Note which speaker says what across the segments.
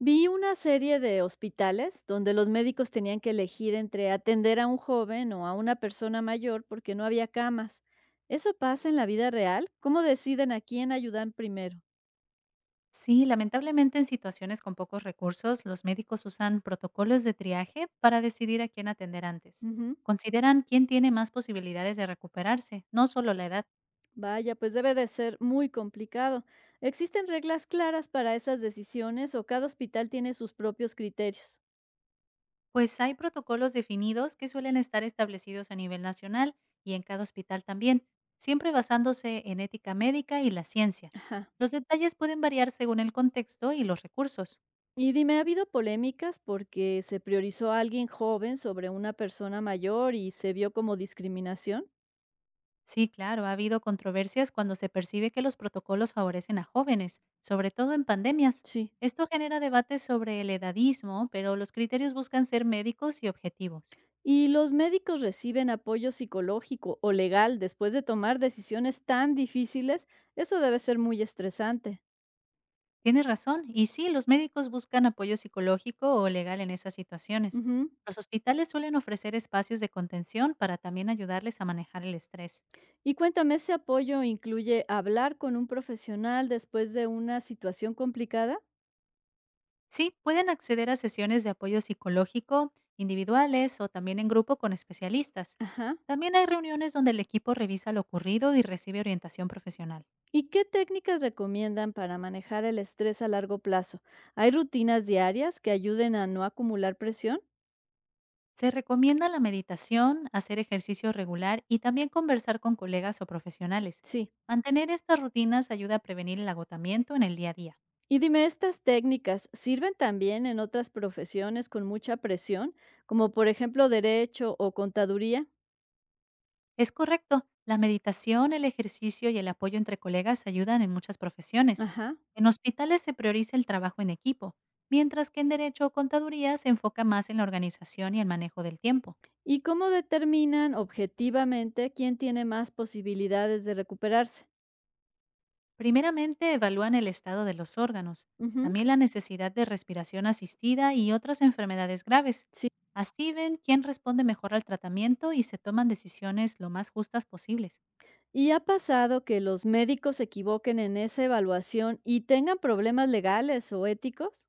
Speaker 1: Vi una serie de hospitales donde los médicos tenían que elegir entre atender a un joven o a una persona mayor porque no había camas. ¿Eso pasa en la vida real? ¿Cómo deciden a quién ayudan primero?
Speaker 2: Sí, lamentablemente en situaciones con pocos recursos, los médicos usan protocolos de triaje para decidir a quién atender antes.
Speaker 1: Ujú.
Speaker 2: Consideran quién tiene más posibilidades de recuperarse, no solo la edad,
Speaker 1: Vaya, pues debe de ser muy complicado. ¿Existen reglas claras para esas decisiones o cada hospital tiene sus propios criterios?
Speaker 2: pues hay protocolos definidos que suelen estar establecidos a nivel nacional y en cada hospital también, siempre basándose en ética médica y la ciencia.
Speaker 1: Ajá.
Speaker 2: Los detalles pueden variar según el contexto y los recursos.
Speaker 1: Y dime, ¿ha habido polémicas porque se priorizó a alguien joven sobre una persona mayor y se vio como discriminación?
Speaker 2: Sí, claro, ha habido controversias cuando se percibe que los protocolos favorecen a jóvenes, sobre todo en pandemias.
Speaker 1: Sí.
Speaker 2: Esto genera debates sobre el edadismo, pero los criterios buscan ser médicos y objetivos.
Speaker 1: ¿Y los médicos reciben apoyo psicológico o legal después de tomar decisiones tan difíciles? Eso debe ser muy estresante.
Speaker 2: Tienes razón, y sí, los médicos buscan apoyo psicológico o legal en esas situaciones.
Speaker 1: Ujú.
Speaker 2: Los hospitales suelen ofrecer espacios de contención para también ayudarles a manejar el estrés.
Speaker 1: Y cuéntame, ¿ese apoyo incluye hablar con un profesional después de una situación complicada?
Speaker 2: Sí, pueden acceder a sesiones de apoyo psicológico, individuales o también en grupo con especialistas.
Speaker 1: Ajá.
Speaker 2: También hay reuniones donde el equipo revisa lo ocurrido y recibe orientación profesional.
Speaker 1: ¿Y qué técnicas recomiendan para manejar el estrés a largo plazo? ¿Hay rutinas diarias que ayuden a no acumular presión?
Speaker 2: Se recomienda la meditación, hacer ejercicio regular y también conversar con colegas o profesionales.
Speaker 1: Sí.
Speaker 2: Mantener estas rutinas ayuda a prevenir el agotamiento en el día a día.
Speaker 1: Y dime, ¿estas técnicas sirven también en otras profesiones con mucha presión, como por ejemplo derecho o contaduría?
Speaker 2: Es correcto, la meditación, el ejercicio y el apoyo entre colegas ayudan en muchas profesiones.
Speaker 1: Ajá.
Speaker 2: En hospitales se prioriza el trabajo en equipo, mientras que en derecho o contaduría se enfoca más en la organización y el manejo del tiempo.
Speaker 1: ¿Y cómo determinan objetivamente quién tiene más posibilidades de recuperarse?
Speaker 2: Primeramente evalúan el estado de los órganos,
Speaker 1: Ujú.
Speaker 2: también la necesidad de respiración asistida y otras enfermedades graves.
Speaker 1: Sí.
Speaker 2: Así ven quién responde mejor al tratamiento y se toman decisiones lo más justas posibles.
Speaker 1: ¿Y ha pasado que los médicos se equivoquen en esa evaluación y tengan problemas legales o éticos?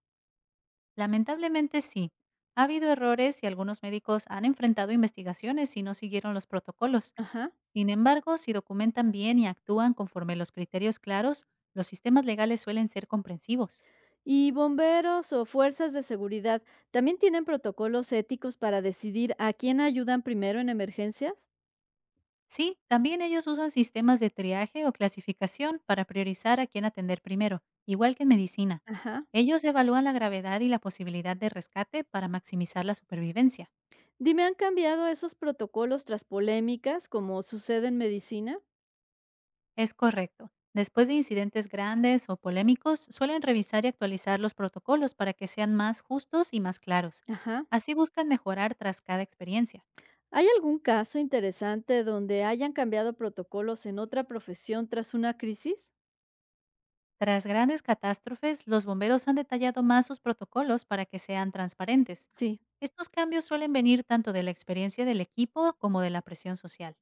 Speaker 2: Lamentablemente sí. Ha habido errores y algunos médicos han enfrentado investigaciones y no siguieron los protocolos.
Speaker 1: Ajá.
Speaker 2: Sin embargo, si documentan bien y actúan conforme los criterios claros, los sistemas legales suelen ser comprensivos.
Speaker 1: ¿Y bomberos o fuerzas de seguridad también tienen protocolos éticos para decidir a quién ayudan primero en emergencias?
Speaker 2: Sí, también ellos usan sistemas de triaje o clasificación para priorizar a quién atender primero, igual que en medicina.
Speaker 1: Ajá.
Speaker 2: Ellos evalúan la gravedad y la posibilidad de rescate para maximizar la supervivencia.
Speaker 1: Dime, ¿han cambiado esos protocolos tras polémicas, como sucede en medicina?
Speaker 2: Es correcto. Después de incidentes grandes o polémicos, suelen revisar y actualizar los protocolos para que sean más justos y más claros.
Speaker 1: Ajá.
Speaker 2: Así buscan mejorar tras cada experiencia.
Speaker 1: ¿Hay algún caso interesante donde hayan cambiado protocolos en otra profesión tras una crisis?
Speaker 2: Tras grandes catástrofes, los bomberos han detallado más sus protocolos para que sean transparentes.
Speaker 1: Sí.
Speaker 2: Estos cambios suelen venir tanto de la experiencia del equipo como de la presión social.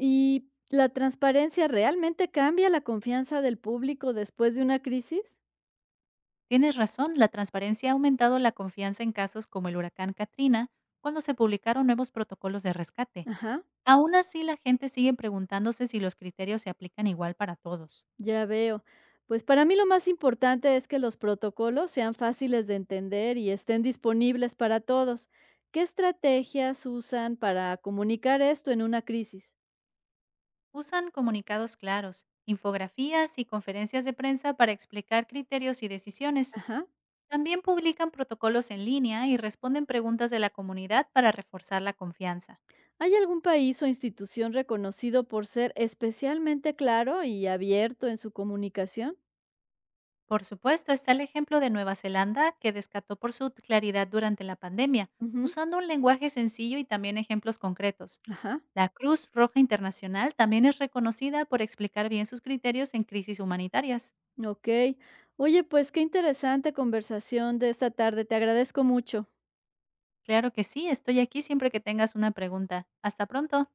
Speaker 1: ¿Y la transparencia realmente cambia la confianza del público después de una crisis?
Speaker 2: Tienes razón, la transparencia ha aumentado la confianza en casos como el huracán Katrina, cuando se publicaron nuevos protocolos de rescate.
Speaker 1: Ajá,
Speaker 2: Aún así, la gente sigue preguntándose si los criterios se aplican igual para todos.
Speaker 1: ya veo. Pues para mí lo más importante es que los protocolos sean fáciles de entender y estén disponibles para todos. ¿Qué estrategias usan para comunicar esto en una crisis?
Speaker 2: Usan comunicados claros, infografías y conferencias de prensa para explicar criterios y decisiones.
Speaker 1: Ajá.
Speaker 2: También publican protocolos en línea y responden preguntas de la comunidad para reforzar la confianza.
Speaker 1: ¿Hay algún país o institución reconocido por ser especialmente claro y abierto en su comunicación?
Speaker 2: Por supuesto, está el ejemplo de Nueva Zelanda, que descató por su claridad durante la pandemia,
Speaker 1: Ujú.
Speaker 2: usando un lenguaje sencillo y también ejemplos concretos.
Speaker 1: Ajá.
Speaker 2: La Cruz Roja Internacional también es reconocida por explicar bien sus criterios en crisis humanitarias.
Speaker 1: Ok. Oye, pues qué interesante conversación de esta tarde. Te agradezco mucho.
Speaker 2: Claro que sí, estoy aquí siempre que tengas una pregunta. Hasta pronto.